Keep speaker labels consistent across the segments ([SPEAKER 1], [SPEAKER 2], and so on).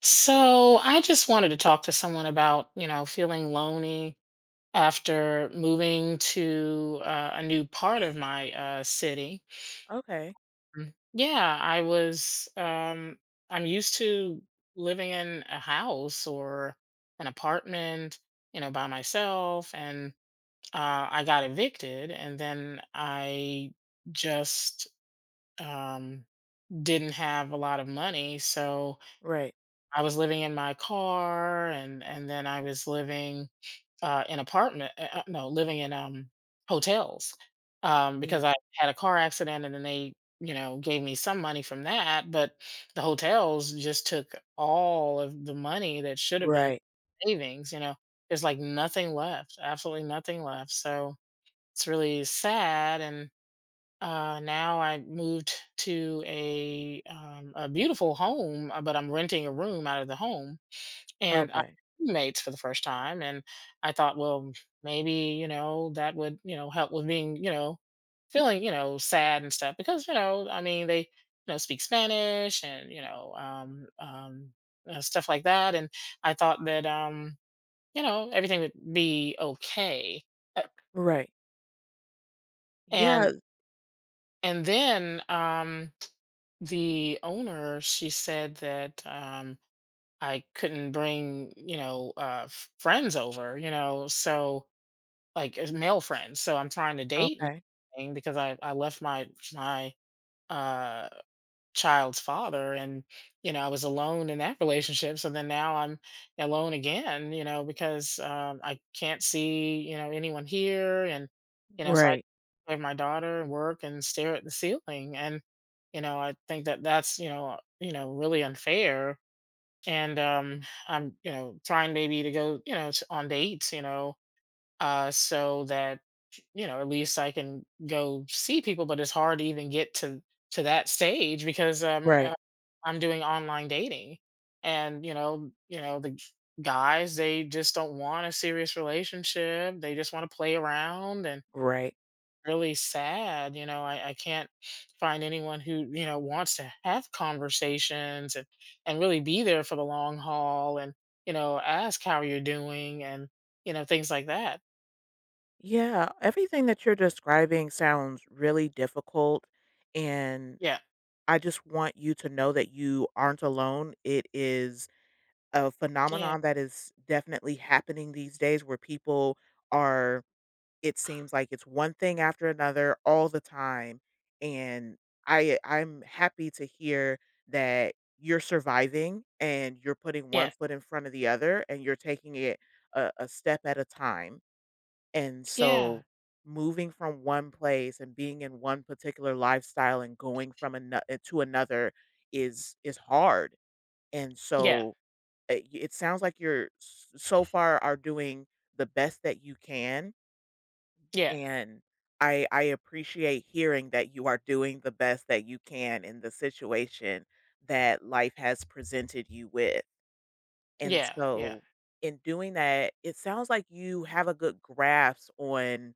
[SPEAKER 1] So I just wanted to talk to someone about, you know, feeling lonely after moving to a new part of my city.
[SPEAKER 2] Okay.
[SPEAKER 1] Mm. Yeah, I was, I'm used to living in a house or an apartment, you know, by myself. And I got evicted and then I just um, didn't have a lot of money. So,
[SPEAKER 2] Right.
[SPEAKER 1] I was living in my car, and then I was living in apartment. No, living in hotels because
[SPEAKER 2] Mm.
[SPEAKER 1] I had a car accident, and then they, you know, gave me some money from that, but the hotels just took all of the money that should have been
[SPEAKER 2] Right.
[SPEAKER 1] savings. You know, there's like nothing left, absolutely nothing left. It's really sad. And. Now I moved to a beautiful home, but I'm renting a room out of the home, and I had
[SPEAKER 2] Okay.
[SPEAKER 1] roommates for the first time, and I thought, well, maybe, you know, that would, you know, help with being, you know, feeling, you know, sad and stuff because, you know, I mean, they, you know, speak Spanish and, you know, stuff like that. And I thought that, you know, everything would be okay. Uh,
[SPEAKER 2] Right.
[SPEAKER 1] And,
[SPEAKER 2] Yeah.
[SPEAKER 1] and then, um, the owner, she said that, I couldn't bring, you know, friends over, you know, so, like, as male friends, so I'm trying to date and
[SPEAKER 2] Okay.
[SPEAKER 1] everything because I left my, uh, child's father and, you know, I was alone in that relationship, so then now I'm alone again, you know, because, I can't see, you know, anyone here, and, you know, so I
[SPEAKER 2] Right.
[SPEAKER 1] play with my daughter and work and stare at the ceiling, and, you know, I think that that's really unfair, and, I'm, you know, trying maybe to go, you know, s on dates, so that, you know, at least I can go see people. But it's hard to even get to that stage because
[SPEAKER 2] Right.
[SPEAKER 1] I'm doing online dating, and you know, you know, the guys, they just don't want a serious relationship. They just want to play around, and
[SPEAKER 2] Right.
[SPEAKER 1] really sad. You know, I can't find anyone who, you know, wants to have conversations and really be there for the long haul and, you know, ask how you're doing and, you know, things like that.
[SPEAKER 2] Yeah. Everything that you're describing sounds really difficult. And
[SPEAKER 1] Yeah.
[SPEAKER 2] I just want you to know that you aren't alone. It is a
[SPEAKER 1] Yeah.
[SPEAKER 2] phenomenon that is definitely happening these days where people are it seems like it's one thing after another all the time, and I'm happy to hear that you're surviving and you're putting one
[SPEAKER 1] Yeah.
[SPEAKER 2] foot in front of the other and you're taking it a step at a time. And
[SPEAKER 1] Yeah.
[SPEAKER 2] so moving from one place and being in one particular lifestyle and going from another to another is hard. And
[SPEAKER 1] Yeah.
[SPEAKER 2] so it sounds like you're so far are doing the best that you can,
[SPEAKER 1] Yeah.
[SPEAKER 2] and I appreciate hearing that you are doing the best that you can in the situation that life has presented you with. And
[SPEAKER 1] Yeah. Yeah.
[SPEAKER 2] so in doing that, it sounds like you have a good grasp on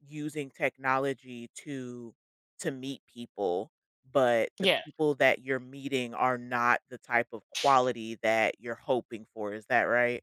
[SPEAKER 2] using technology to meet people, but the
[SPEAKER 1] Yeah.
[SPEAKER 2] people that you're meeting are not the type of quality that you're hoping for. Is that right?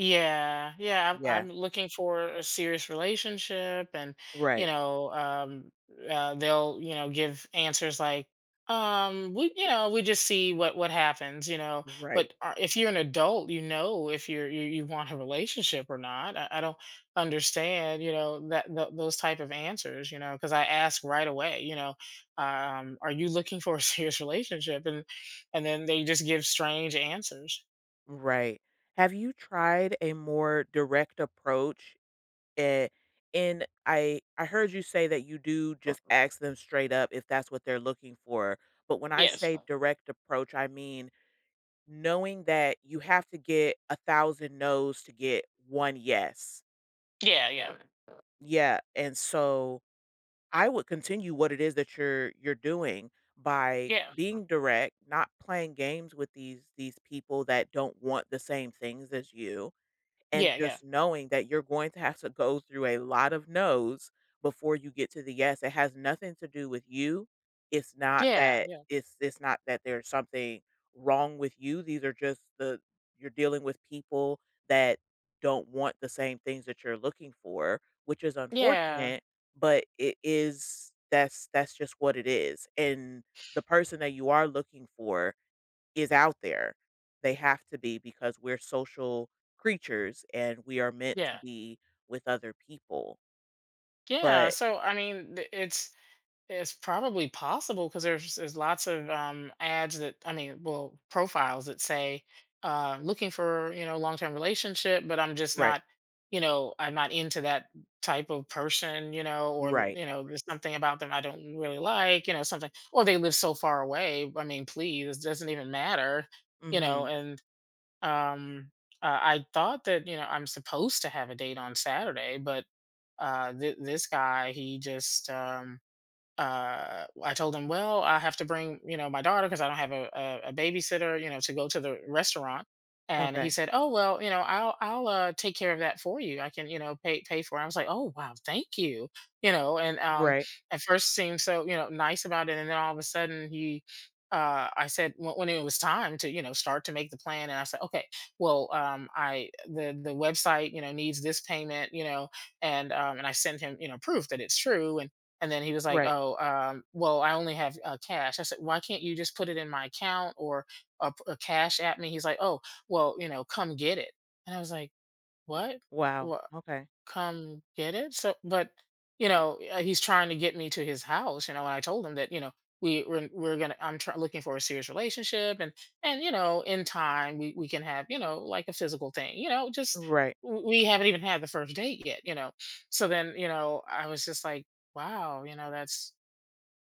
[SPEAKER 1] Yeah, I'm
[SPEAKER 2] Yeah.
[SPEAKER 1] looking for a serious relationship and, you
[SPEAKER 2] Right.
[SPEAKER 1] know, they'll, you know, give answers like, we, you know, we just see what happens, you know,
[SPEAKER 2] Right.
[SPEAKER 1] but if you're an adult, you know, if you're you, you want a relationship or not. I don't understand, you know, those type of answers, you know, because I ask right away, you know, are you looking for a serious relationship. And then they just give strange answers.
[SPEAKER 2] Right. Have you tried a more direct approach? eh, And I heard you say that you do just ask them straight up if that's what they're looking for. But when I
[SPEAKER 1] Yes.
[SPEAKER 2] say direct approach, I mean knowing that you have to get a thousand no's to get one yes.
[SPEAKER 1] Yeah, yeah.
[SPEAKER 2] Yeah. And so I would continue what it is that you're doing by
[SPEAKER 1] Yeah.
[SPEAKER 2] being direct, not playing games with these people that don't want the same things as you. And
[SPEAKER 1] Yeah, yeah,
[SPEAKER 2] just knowing that you're going to have to go through a lot of no's before you get to the yes. It has nothing to do with you. It's not
[SPEAKER 1] yeah,
[SPEAKER 2] that
[SPEAKER 1] yeah,
[SPEAKER 2] it's not that there's something wrong with you. These are just the you're dealing with people that don't want the same things that you're looking for, which is
[SPEAKER 1] yeah,
[SPEAKER 2] unfortunate, but it is that's just what it is. And the person that you are looking for is out there. They have to be because we're social creatures and we are meant to
[SPEAKER 1] yeah,
[SPEAKER 2] be with other people.
[SPEAKER 1] yeah.
[SPEAKER 2] But
[SPEAKER 1] So I mean, it's probably possible because there's lots of ads, that I mean, well, profiles that say looking for, you know, long term relationship, but I'm just
[SPEAKER 2] Right,
[SPEAKER 1] not, you know, I'm not into that type of person, you know, or
[SPEAKER 2] right.
[SPEAKER 1] you know, there's something about them I don't really like, you know, something, or they live so far away. I mean, please, it doesn't even matter, you know.
[SPEAKER 2] Mhm.
[SPEAKER 1] And um I thought that, you know, I'm supposed to have a date on Saturday, but this guy, he just I told him, well, I have to bring, you know, my daughter because I don't have a babysitter, you know, to go to the restaurant. And he
[SPEAKER 2] Okay.
[SPEAKER 1] said, oh, well, you know, I'll take care of that for you. I can, you know, pay for it. I was like, oh, wow, thank you. You know, and
[SPEAKER 2] Right.
[SPEAKER 1] at first seemed so, you know, nice about it. And then all of a sudden he I said, when it was time to, you know, start to make the plan. And I said, okay, well, the website, you know, needs this payment, you know, and I sent him, you know, proof that it's true. And then he was like,
[SPEAKER 2] Right.
[SPEAKER 1] "Oh, well, I only have cash." I said, "Why can't you just put it in my account or a cash at me?" He's like, "Oh, well, you know, come get it." And I was like, "What?
[SPEAKER 2] Wow.
[SPEAKER 1] Wha-
[SPEAKER 2] Okay.
[SPEAKER 1] come get it." So, but you know, he's trying to get me to his house. You know, and I told him that, you know, we're gonna, I'm try, looking for a serious relationship, and, you know, in time we can have, you know, like a physical thing. You know, just
[SPEAKER 2] Right.
[SPEAKER 1] we haven't even had the first date yet. You know, so then, you know, I was just like, wow, you know, that's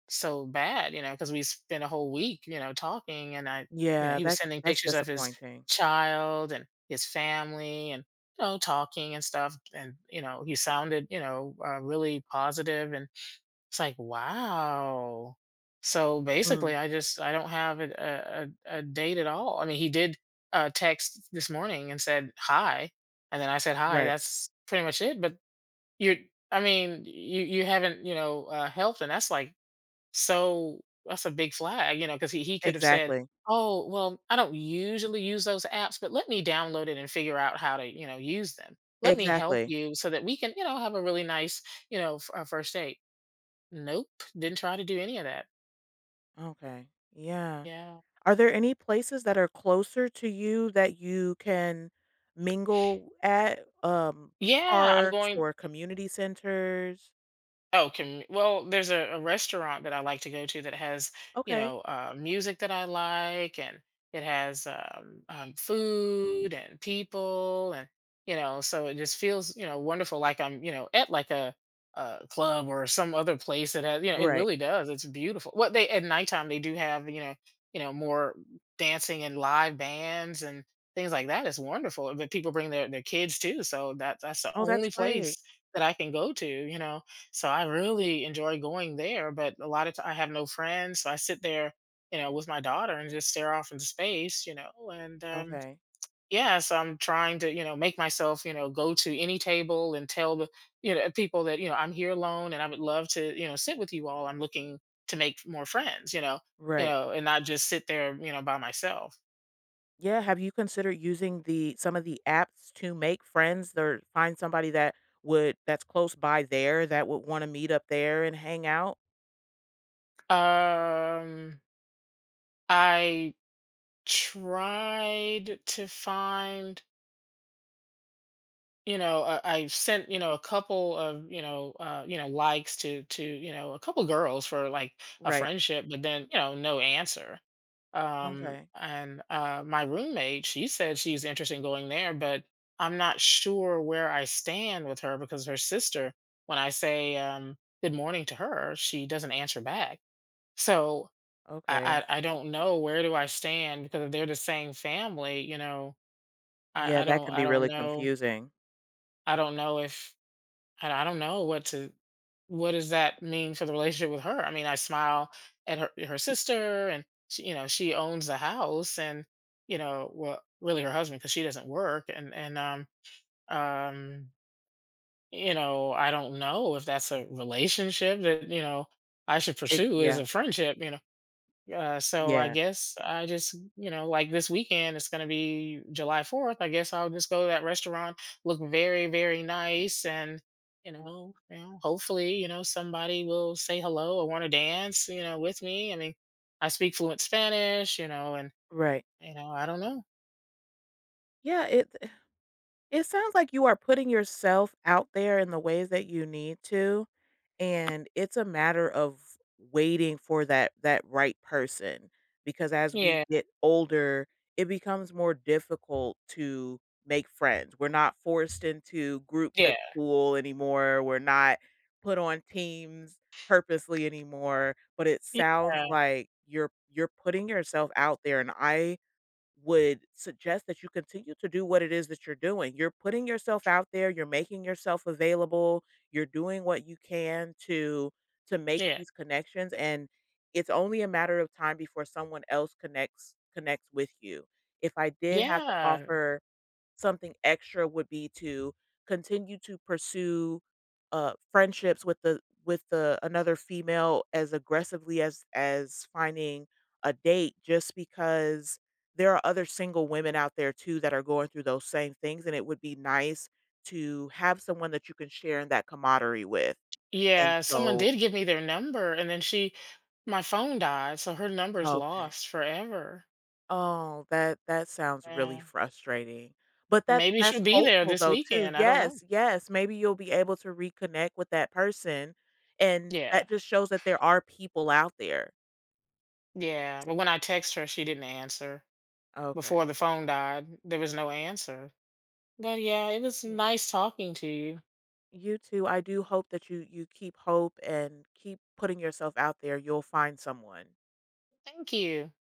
[SPEAKER 1] so bad, you know, because we spent a whole week, you know, talking, and I, you know,
[SPEAKER 2] Yeah,
[SPEAKER 1] he was sending
[SPEAKER 2] that's
[SPEAKER 1] pictures of his
[SPEAKER 2] disappointing.
[SPEAKER 1] child and his family, and, you know, talking and stuff. And, you know, he sounded, you know, really positive, and it's like, wow. So
[SPEAKER 2] Mm,
[SPEAKER 1] basically I just, I don't have a date at all. I mean, he did text this morning and said, hi. And then I said, hi,
[SPEAKER 2] right.
[SPEAKER 1] that's pretty much it. But you're, I mean, you haven't, you know, helped, and that's like so that's a big flag, you know, because he could have said,
[SPEAKER 2] Exactly.
[SPEAKER 1] oh, well, I don't usually use those apps, but let me download it and figure out how to, you know, use them. Let me help
[SPEAKER 2] Exactly.
[SPEAKER 1] you so that we can, you know, have a really nice, you know, first date. Nope. Didn't try to do any of that.
[SPEAKER 2] Okay. Yeah.
[SPEAKER 1] Yeah.
[SPEAKER 2] Are there any places that are closer to you that you can mingle at,
[SPEAKER 1] Yeah. I'm
[SPEAKER 2] parks
[SPEAKER 1] going.
[SPEAKER 2] or community centers?
[SPEAKER 1] Oh, can, well, there's a restaurant that I like to go to that has, you
[SPEAKER 2] Okay.
[SPEAKER 1] know, music that I like, and it has food and people, and, you know, so it just feels, you know, wonderful, like I'm, you know, at like a club or some other place that has, you know, it
[SPEAKER 2] Right.
[SPEAKER 1] really does. It's beautiful. What they at nighttime they do have, you know, more dancing and live bands and things like that. It's wonderful, but people bring their kids too, so that that's the
[SPEAKER 2] Oh, that's
[SPEAKER 1] only place
[SPEAKER 2] great.
[SPEAKER 1] that I can go to, you know, so I really enjoy going there, but a lot of time I have no friends, so I sit there, you know, with my daughter and just stare off into space, you know, and,
[SPEAKER 2] Okay.
[SPEAKER 1] yeah, so I'm trying to, you know, make myself, you know, go to any table and tell the, you know, people that, you know, I'm here alone and I would love to, you know, sit with you all. I'm looking to make more friends, you
[SPEAKER 2] Right.
[SPEAKER 1] know, and not just sit there, you know, by myself.
[SPEAKER 2] Yeah, have you considered using the some of the apps to make friends or find somebody that would that's close by there that would wanna meet up there and hang out?
[SPEAKER 1] Um, I tried to find, you know, I sent, you know, a couple of, you know, likes to you know, a couple girls for like a
[SPEAKER 2] Right.
[SPEAKER 1] friendship, but then, you know, no answer.
[SPEAKER 2] Okay.
[SPEAKER 1] And My roommate, she said she's interested in going there, but I'm not sure where I stand with her because her sister, when I say, good morning to her, she doesn't answer back. So
[SPEAKER 2] Okay.
[SPEAKER 1] I don't know where do I stand because if they're the same family, you know,
[SPEAKER 2] Yeah, that can
[SPEAKER 1] I
[SPEAKER 2] be
[SPEAKER 1] don't
[SPEAKER 2] really
[SPEAKER 1] know.
[SPEAKER 2] confusing.
[SPEAKER 1] I don't know if and I don't know what to what does that mean for the relationship with her? I mean, I smile at her sister, and she, you know, she owns the house, and, you know, well, really her husband, because she doesn't work, and um you know, I don't know if that's a relationship that, you know, I should
[SPEAKER 2] It
[SPEAKER 1] pursue as
[SPEAKER 2] Yeah.
[SPEAKER 1] a friendship, you know. So I
[SPEAKER 2] Yeah.
[SPEAKER 1] guess I just, you know, like this weekend, it's going to be July 4th. I guess I'll just go to that restaurant, look very, very nice. And, you know, hopefully, you know, somebody will say hello or want to dance, you know, with me. I mean, I speak fluent Spanish, you know, and,
[SPEAKER 2] Right.
[SPEAKER 1] you know, I don't know.
[SPEAKER 2] Yeah, it sounds like you are putting yourself out there in the ways that you need to, and it's a matter of waiting for that right person, because as we
[SPEAKER 1] Yeah.
[SPEAKER 2] get older it becomes more difficult to make friends. We're not forced into groups at
[SPEAKER 1] Yeah.
[SPEAKER 2] school anymore, we're not put on teams purposely anymore, but it
[SPEAKER 1] Yeah.
[SPEAKER 2] sounds like you're putting yourself out there, and I would suggest that you continue to do what it is that you're doing. You're putting yourself out there, you're making yourself available, you're doing what you can to make
[SPEAKER 1] Yeah.
[SPEAKER 2] these connections, and it's only a matter of time before someone else connects with you. If I did have to
[SPEAKER 1] Yeah.
[SPEAKER 2] offer something extra, would be to continue to pursue, friendships with the another female as aggressively as finding a date, just because there are other single women out there too that are going through those same things, and it would be nice to have someone that you can share in that camaraderie with, and
[SPEAKER 1] Yeah. Someone
[SPEAKER 2] so
[SPEAKER 1] did give me their number, and then my phone died. So her number's
[SPEAKER 2] okay.
[SPEAKER 1] lost forever.
[SPEAKER 2] Oh, that that sounds really
[SPEAKER 1] Yeah.
[SPEAKER 2] frustrating. But that's
[SPEAKER 1] Maybe she'll
[SPEAKER 2] that's
[SPEAKER 1] be there
[SPEAKER 2] hopeful
[SPEAKER 1] this
[SPEAKER 2] though too.
[SPEAKER 1] weekend, I don't know.
[SPEAKER 2] Yes, yes, maybe you'll be able to reconnect with that person, and
[SPEAKER 1] Yeah,
[SPEAKER 2] that just shows that there are people out there.
[SPEAKER 1] yeah, but when I text her, she didn't answer. Before
[SPEAKER 2] Okay.
[SPEAKER 1] the phone died, there was no answer. But yeah, it was
[SPEAKER 2] Yeah.
[SPEAKER 1] nice talking to you.
[SPEAKER 2] You too. I do hope that you keep hope and keep putting yourself out there. You'll find someone.
[SPEAKER 1] Thank you.